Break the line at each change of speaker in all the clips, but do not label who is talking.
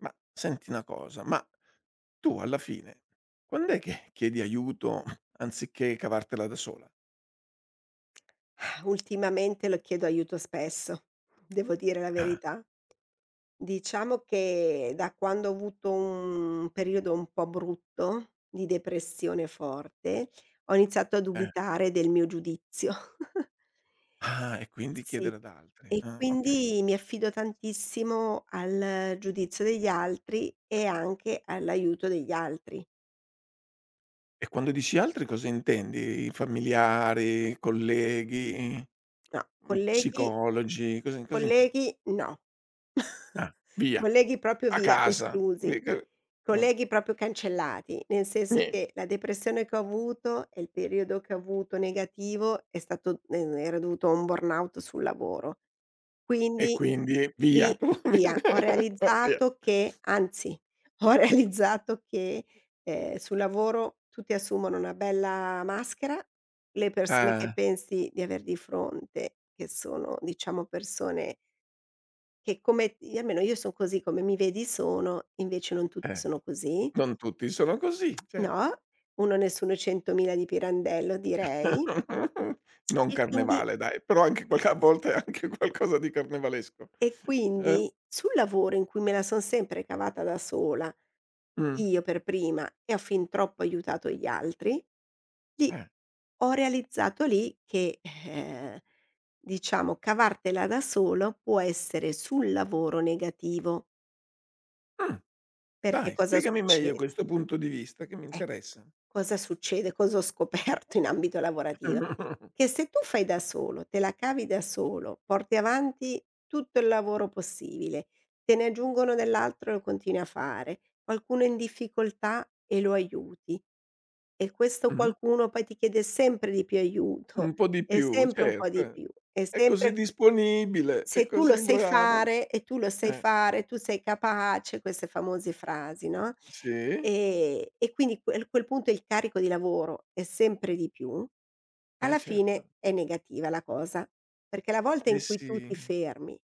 Ma senti una cosa, ma tu alla fine quand'è che chiedi aiuto anziché cavartela da sola?
Ultimamente lo chiedo aiuto spesso, devo dire la
Ah,
verità. Diciamo che da quando ho avuto un periodo un po' brutto, di depressione forte, ho iniziato a
eh.
dubitare del mio giudizio.
Ah, e quindi
Sì,
chiedere ad altri.
e
Ah, okay.
quindi mi affido tantissimo al giudizio degli altri e anche all'aiuto degli altri.
E quando dici altri cosa intendi? I familiari, colleghi,
No, colleghi
psicologi, cosa intendi?
colleghi no.
Ah, via,
Colleghi proprio
a
via,
casa,
esclusi.
vi che mh,
Colleghi proprio cancellati, nel senso
nie
che la depressione che ho avuto e il periodo che ho avuto negativo è stato era dovuto a un burnout sul lavoro.
e
Quindi
quindi via.
lì via, ho
Via.
realizzato che anzi, ho realizzato che, sul lavoro tutti assumono una bella maschera, le persone che
Eh,
pensi di aver di fronte, che sono diciamo persone che come almeno io son così, come mi vedi sono, invece non tutti
eh,
sono così.
non tutti sono così, cer
No, 1 nessuno 100.000 di Pirandello direi.
Non
E quindi
carnevale, dai, però anche qualche a volte anche qualcosa di carnevalesco.
e
Eh?
quindi sul lavoro in cui me la son sempre cavata da sola,
Mh.
io per prima, e ho fin troppo aiutato gli altri, lì
Eh.
ho realizzato lì che, diciamo cavartela da solo può essere sul lavoro negativo,
Mh.
perché
Dai,
cosa
spiegami meglio
succede?
questo punto di vista che mi
Eh.
interessa.
Cosa succede? Cosa ho scoperto in ambito lavorativo? Che se tu fai da solo, te la cavi da solo, porti avanti tutto il lavoro possibile, te ne aggiungono dell'altro e lo continui a fare, qualcuno è in difficoltà e lo aiuti e questo
Mh.
qualcuno poi ti chiede sempre di più aiuto
Un po' di
e
più,
sempre un po'
certo,
di
eh.
più e
È così
sempre
disponibile, è
se tu lo
così
sai
brava.
fare e tu lo sai
Eh.
fare, tu sei capace, queste famose frasi, no,
Sì,
e quindi quel punto il carico di lavoro è sempre di più,
eh
alla
certo.
fine è negativa la cosa, perché la volta
Eh
in cui
sì,
tu ti fermi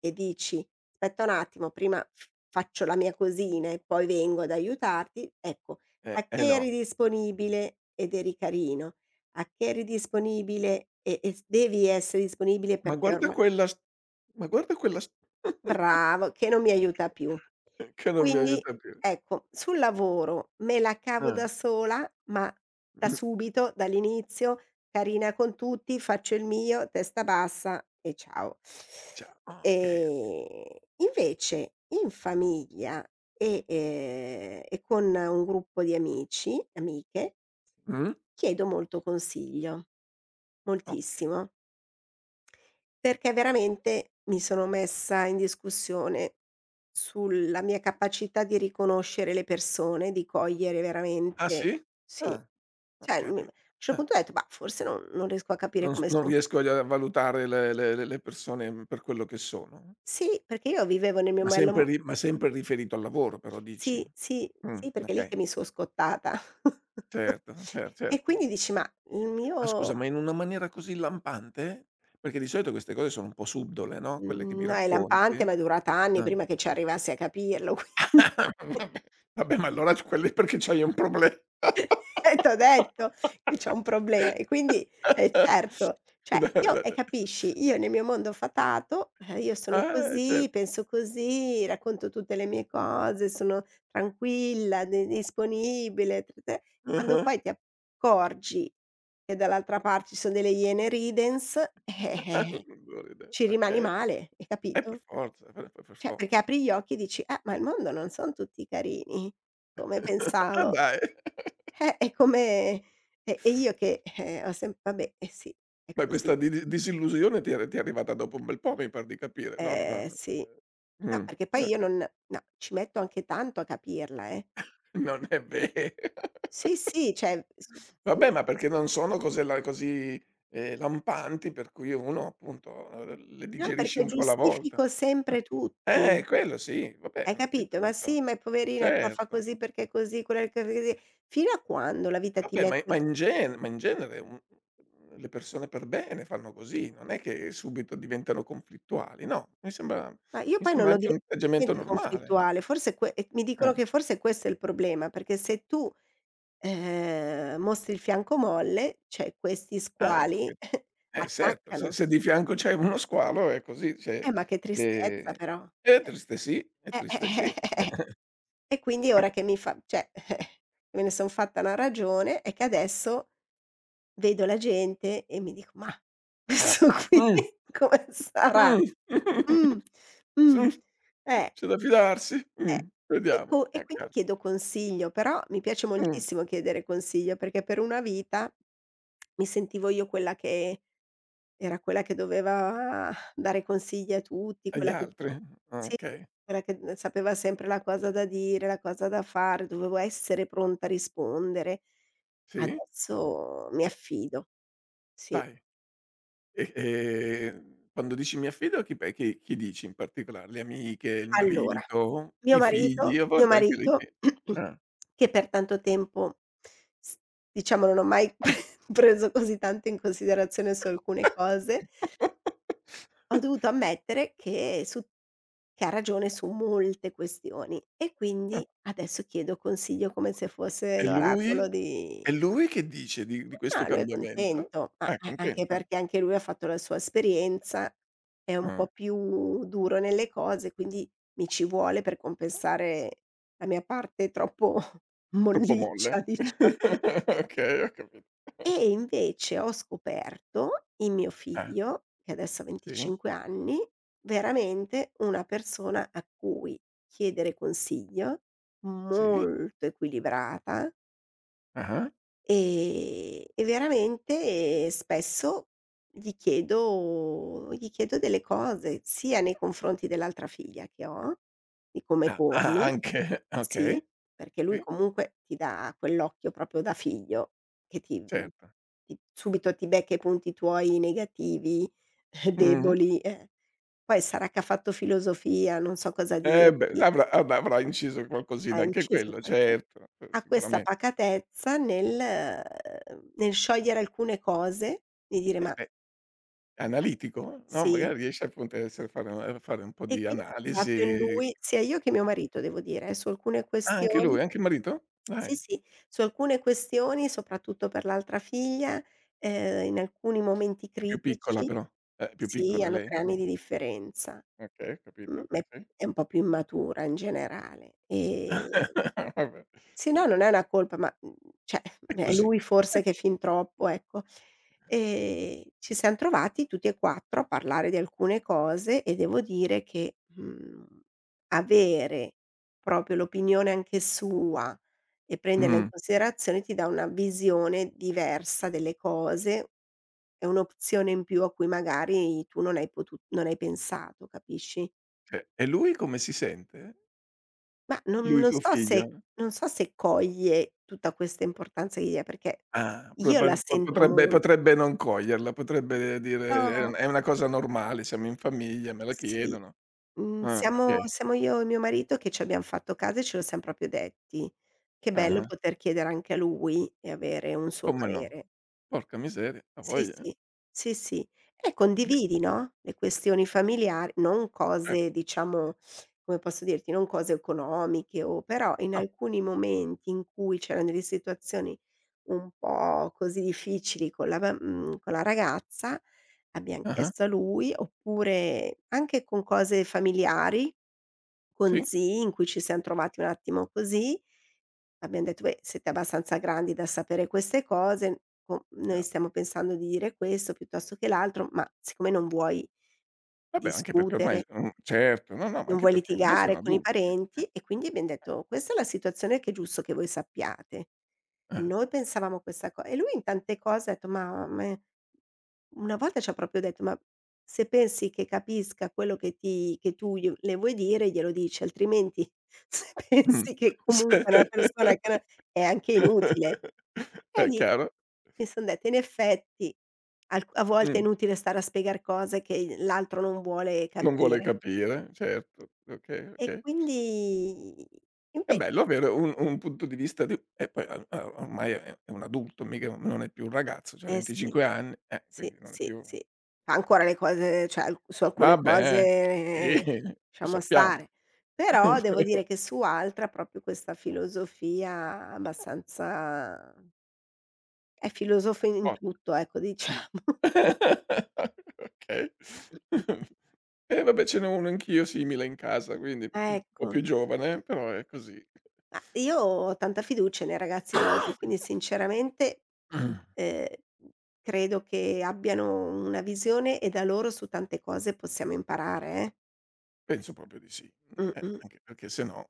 e dici: "Aspetta un attimo, prima f faccio la mia cosina e poi vengo ad aiutarti", ecco, a
eh
che
no.
eri disponibile ed eri carino, a che eri disponibile e s devi essere disponibile
Ma
perché
guarda
ormai
quella s ma guarda quella s
bravo, che non mi aiuta più.
che non mi
Quindi,
aiuta più.
ecco, sul lavoro me la cavo
Eh.
da sola, ma da
Mh.
subito, dall'inizio, carina con tutti, faccio il mio, testa bassa e ciao.
E già, okay.
Ehm, invece in famiglia e con un gruppo di amici, amiche
Mh?
chiedo molto consiglio,
Okay.
moltissimo. Perché veramente mi sono messa in discussione sulla mia capacità di riconoscere le persone, di cogliere
Ah
veramente
sì?
sì,
Ah, ho
cioè, a un
capito.
certo
Ah,
punto ho detto: "Mah, forse non riesco a capire come
non
son".
riesco a valutare le persone, per quello che sono.
Sì, perché io vivevo nel mio
Ma
moello
sempre
mo
ri ma sempre riferito al lavoro però dici?
sì, sì, sì, perché è lì
Okay.
che mi so' scottata.
Certo,
E
certo.
quindi dici: "Ma il
Ma scusa,
mio".
ma in una maniera così lampante? Perché di solito queste cose sono un po' subdole, no, quelle che
Mhmm,
mi
no, è
racconti?
lampante, ma è durata anni
Ah.
prima che ci arrivassi a capirlo, quindi
Vabbè, vabbè, ma allora c quello è perché c'hai un proble
eh, t'ho detto che c'ho un problema e quindi certo, cioè
Da
io
da
e
da
capisci, io nel mio mondo fatato, io sono così,
certo.
penso così, racconto tutte le mie cose, sono tranquilla, di disponibile, quando
Ah-ah.
poi ti accorgi che dall'altra parte ci sono delle iene ridens, ci rimani
Okay.
male, hai
Per
capito?
forza, per
Cioè perché
forza.
apri gli occhi e dici: "Ah, ma il mondo non son tutti carini come
Ah,
pensavo".
dai.
È come e io che, ho sem vabbè, eh sì, è
Ma questa
così.
di disillusione ti è arrivata dopo un bel po', mi par di capire. Non
Sì. No,
mh,
perché poi io
okay.
non no, ci metto anche tanto a capirla, eh.
Non è ve
Sì, sì, cioè s sì.
Vabbè, ma perché non sono cose la così, lampanti per cui uno appunto, le
No,
digerisce
perché
un po' alla volta.
giustifico sempre tutti.
Quello sì, vabbè, è
Hai
un
capito? "Ma
atteggiamento
sì, ma è poverina, qua fa
certo.
così perché così, quella è così". Fino a quando la vita ti
Vabbè, ma
mette
in gen ma in genere un le persone per bene fanno così, non è che subito diventano conflittuali, no,
ma io
mi
poi non
sembra
lo
anche un
divento
atteggiamento
niente
normale.
conflittuale, forse que e mi
Eh.
dicono che forse questo è il problema, perché se tu mostri il fianco molle, cioè questi
Ah, que
squali
Eh certo, se
attaccano.
se di fianco c'hai uno squalo è così, cioè,
Ma che tristezza
ehm,
però.
è
Eh,
triste sì, è triste sì.
eh, eh. E quindi
A
ora che mi fa cioè me ne son fatta una ragione, è che adesso vedo la gente e mi dico: "Mah, questo qui
mh,
come sarà?
mh,
Mh,
su
mh, eh,
c'è da fidarsi?
eh." E
Vediamo,
co e
a
quindi
ca
chiedo consiglio, però mi piace
mh,
moltissimo chiedere consiglio, perché per una vita mi sentivo io quella che era quella che doveva dare consigli a tutti,
agli
quella che
altri?
sì,
Okay,
quella che, sapeva sempre la cosa da dire, la cosa da fare, dovevo essere pronta a rispondere.
sì,
Adesso mi affido, sì.
dai. E quando dici mi affido a chi pe chi chi dici in particolare? Le amiche, il
Allora,
marito,
mio
i figli?
marito
A
mio
volte anche le
marito
fi ah.
che per tanto tempo s diciamo non ho mai preso così tanto in considerazione su alcune cose. Ho dovuto ammettere che su che ha ragione su molte questioni e quindi adesso chiedo consiglio come se fosse
E
l'oracolo
lui?
di
E lui che dice di questo
no, lui è
cambiamento?
contento, ma
Ah, è
a
conten
anche
ah,
perché anche lui ha fatto la sua esperienza, è un
ah.
po' più duro nelle cose, quindi mi ci vuole per compensare la mia parte troppo
Troppo
molliccia,
molle?
diciamo.
Okay, ho capito.
E invece ho scoperto in mio
Ah,
figlio, che adesso ha
sì,
25 anni, veramente una persona a cui chiedere consiglio,
sì,
molto equilibrata.
ah-ah,
E veramente spesso gli chiedo delle cose, sia nei confronti dell'altra figlia che ho, di come
ah, ah,
pormi
anche, okay,
sì, perché lui
sì,
comunque ti dà quell'occhio proprio da figlio che ti
certo.
subito ti becca i punti tuoi negativi,
Mh-mh.
deboli, eh. Poi sarà che ha fatto filosofia, non so cosa
Eh beh,
dirti,
avrà inciso qualcosina
ha
anche
inciso
quello,
qualco
certo,
ha questa
sicuramen
pacatezza nel nel sciogliere alcune cose, di dire:
eh
"Ma
beh,
non c'è".
analitico, no,
Sì,
magari riesce appunto a essere fare a fare un po'
e
di
quindi ho trovato in
analisi.
lui sia io che mio marito devo dire, su alcune
Ah, anche
questioni
lui, anche il marito?
sì,
Dai,
sì, su alcune questioni, soprattutto per l'altra figlia, in alcuni momenti
è più piccola
critici
però. Più
sì,
piccola
hanno
lei?
3
No.
anni di differenza,
Okay, ho
mhmm,
capito,
è
sì.
è un po' più immatura in generale, ehm.
Vabbè,
Sì, no, non è una colpa, ma, cioè,
è
è
così.
lui
È
forse
co
che fin troppo, ecco. E ci siam trovati tutti e 4 a parlare di alcune cose e devo dire che, avere proprio l'opinione anche sua e prenderla in
Mh,
considerazione ti dà una visione diversa delle cose, è un'opzione in più a cui magari tu non hai pensato, capisci?
sì. E lui come si sente?
Ma non
Lui
non
tuo
so se
figlio?
non so se coglie tutta questa importanza che gli dai, perché
Ah,
io
proba
la sento
potrebbe
mol
potrebbe non coglierla, potrebbe dire: "È un
no,
è una cosa normale, siamo in famiglia, me la
sì,
chiedono". Ah,
siamo
okay.
siamo io e mio marito che ci abbiam fatto caso e ce lo siam proprio detti. Che bello
Ah-ah.
poter chiedere anche a lui e avere un suo
Come no?
parere.
Porca miseria,
Sì,
avoglia, eh.
sì, sì, sì. E
Beh,
condividi, no, le questioni familiari, non
certo.
cose diciamo, come posso dirti, non cose economiche o però in
Ah.
alcuni momenti in cui c'erano delle situazioni un po' così difficili con la con la ragazza, abbiam
Ah-ah.
chiesto a lui, oppure anche con cose familiari, con
Sì,
zii in cui ci siam trovati un attimo così. Abbiam detto: "Beh, siete abbastanza grandi da sapere queste cose, co noi
chiaro.
stiamo pensando di dire questo piuttosto che l'altro, ma siccome non vuoi
Vabbè, anche perché ormai
discutere".
certo, no, no, ma
Non
anche
vuoi
perché ormai sono
litigare con i
adulti.
parenti e quindi abbiam detto: "Questa è la situazione che è giusto che voi sappiate.
Eh,
Noi pensavamo questa co" e lui in tante cose ha detto: "Ma me". Una volta c'ha proprio detto: "Ma se pensi che capisca quello che ti che tu gli le vuoi dire glielo dici, altrimenti se
mh.
pensi che
Sì.
comunque una persona che no" è anche inutile. E
È
lì
chiaro.
mi son detta: "In effetti alc a volte è
Mh.
inutile stare a spiegar cose che l'altro non vuole
Non vuole
capire".
capire, certo. Okay,
E
okay.
quindi
È
invece
bello avere un punto di vista di e poi o ormai è un adulto, mica non è più un ragazzo, c'ha
eh sì,
25 anni,
sì,
quindi non è
sì,
più
sì. Fa ancora le cose cioè al su alcune
vabbè,
cose
sì, lo
lasciamo
sappiamo.
stare. Però devo dire che su altra proprio questa filosofia abbastanza è filosofo in
Oh.
tutto ecco, diciamo.
Okay. Eh vabbè ce n'ho uno anch'io simile in casa, quindi più un po' più
Ecco,
giovane, però è così.
ma io ho tanta fiducia nei ragazzi d'oggi, quindi sinceramente, ehm, credo che abbiano una visione e da loro su tante cose possiamo imparare.
Penso proprio di sì.
Mh-mh.
Anche perché se no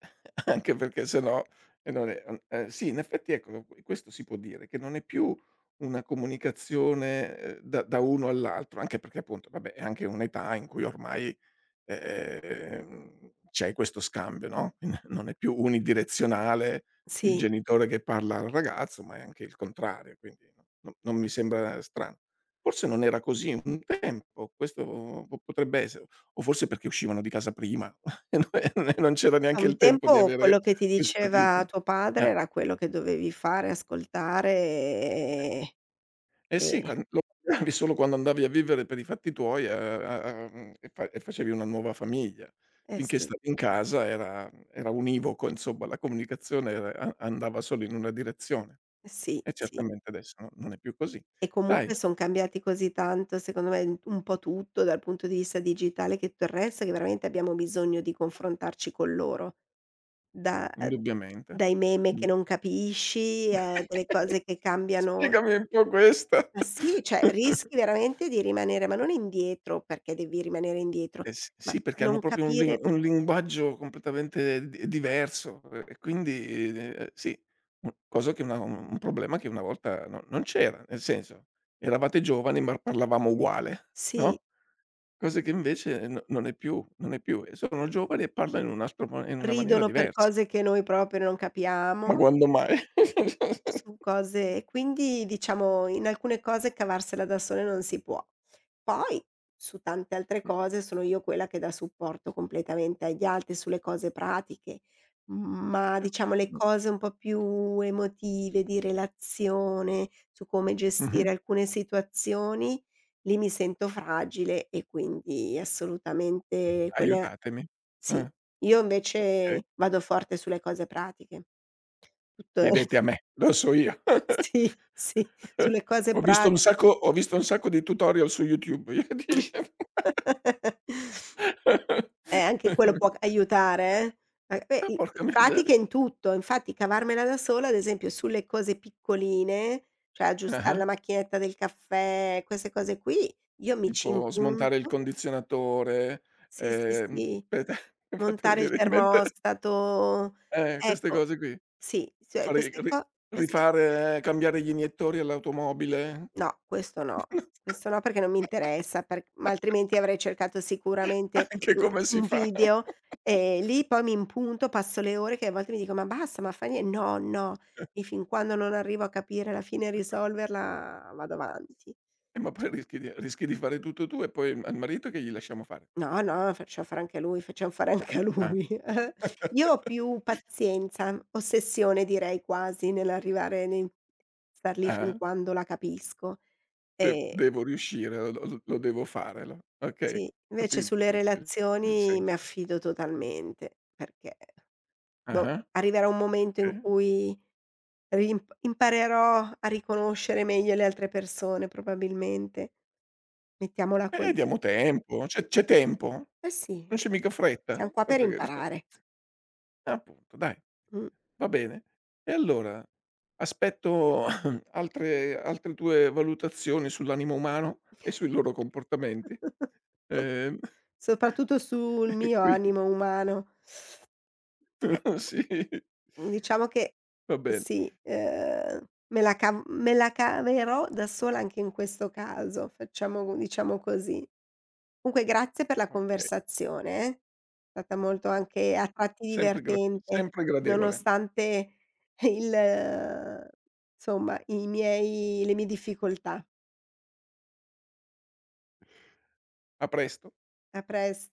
anche perché se no e non è un sì, in effetti ecco, questo si può dire, che non è più una comunicazione, da uno all'altro, anche perché appunto, vabbè, è anche un'età in cui ormai c'è questo scambio, no, non è più unidirezionale il
Sì,
genitore che parla al ragazzo, ma è anche il contrario, quindi no no, non mi sembra strano. Forse non era così un tempo, questo po potrebbe essere, o forse perché uscivano di casa prima e non c'era
a
neanche il
un
tempo di
tempo
avere
quello che ti
questo tipo
diceva tuo padre
eh.
era quello che dovevi fare, ascoltare, ehm,
Eh sì,
e
quan lo cambiavi solo quando andavi a vivere per i fatti tuoi e facevi una nuova famiglia.
eh
Finché
sì,
stavi in casa era univoco, insomma, la comunicazione era a andava solo in una direzione.
eh sì,
E
sì.
certamente adesso no non è più così.
E
Dai,
comunque son cambiati così tanto, secondo me, un po' tutto dal punto di vista digitale che tutto il resto, che veramente abbiamo bisogno di confrontarci con loro. Da
indubbiamente.
dai meme che
Mh.
non capisci, a delle cose che cambiano
Spiegami un po' questa.
ma sì, cioè rischi veramente di rimanere ma non indietro, perché devi rimanere indietro,
S
ma
Sì,
di
perché hanno
non
proprio un lin
capire
un linguaggio completamente di diverso e quindi, sì, un problema che una volta no non c'era, nel senso, eravate giovani ma parlavamo uguale,
sì,
no, cose che invece no non è più, e sono giovani e parlano in un altro mo in una maniera
ridono per
diversa.
cose che noi proprio non
Ma
capiamo.
quando mai?
Su cose e quindi diciamo in alcune cose cavarsela da sole non si può. Poi su tante altre
Mh,
cose sono io quella che dà supporto completamente agli altri sulle cose pratiche, ma diciamo le cose un po' più emotive, di relazione, su come
mh-mh,
gestire alcune situazioni, lì mi sento fragile e quindi assolutamente quella
aiutatemi.
sì.
Ah,
Io
okay.
invece vado forte sulle cose pratiche. Tutto
Chiedete a me, lo so io.
sì, sì, sulle cose
Ho visto un sacco
pratiche.
ho visto un sacco di tutorial su YouTube, io dicevo eh,
Anche quello può c aiutare, eh. A beh, i
porca miseria.
pratiche in tutto, infatti cavarmela da sola, ad esempio, sulle cose piccoline, cioè aggiustare
Ah-ah.
la macchinetta del caffè, queste cose qui, io mi ci
Tipo smontare il
impunto
condizionatore,
sì, sì, sì,
aspetta mi hai fatto
montare il
venire in mente
termostato,
queste
ecco,
cose qui.
sì, cioè
Fare i ri
queste
Rifare, cambiare gli iniettori all'automobile.
no, questo no. Questo no perché non mi interessa, per ma altrimenti avrei cercato sicuramente
Anche
u
come si
un
fa.
video e lì poi mi impunto, passo le ore che a volte mi dico: "Ma basta, ma fa nie" "No, no". E fin quando non arrivo a capire alla fine e risolverla vado avanti.
Ma poi
Su
rischi di fare tutto tu e poi al marito che gli lasciamo fare?
no, no, facciam fare anche a lui, facciam fare anche a
Ah.
lui. Eh. Io ho più pazienza, ossessione direi quasi nell'arrivare nel star lì
Ah-ah.
fin quando la capisco.
De
Ehm,
Devo riuscire, lo devo fare, lo okay,
sì, invece
capito
sulle
il
relazioni mi
senso.
affido totalmente, perché boh,
Ah-ah,
arriverà un momento in
okay.
cui rim imparerò a riconoscere meglio le altre persone probabilmente, mettiamola così.
Diamo tempo, c'è tempo,
Eh
non
sì,
c'è mica
siam
fretta,
qua per
tanto che
imparare.
appunto, dai,
Mh.
va bene. E allora, aspetto altre tue valutazioni sull'animo umano e sui loro comportamenti. Ehm,
Soprattutto sul
e
mio
quindi
animo umano. Eh,
sì,
diciamo che
va bene,
sì, me la caverò da sola anche in questo caso, facciamo diciamo così. Comunque grazie per la
okay.
conversazione, eh. È stata molto anche a tratti divertente,
Sempre gradevole.
nonostante il insomma i miei le mie difficoltà.
A presto.
A pres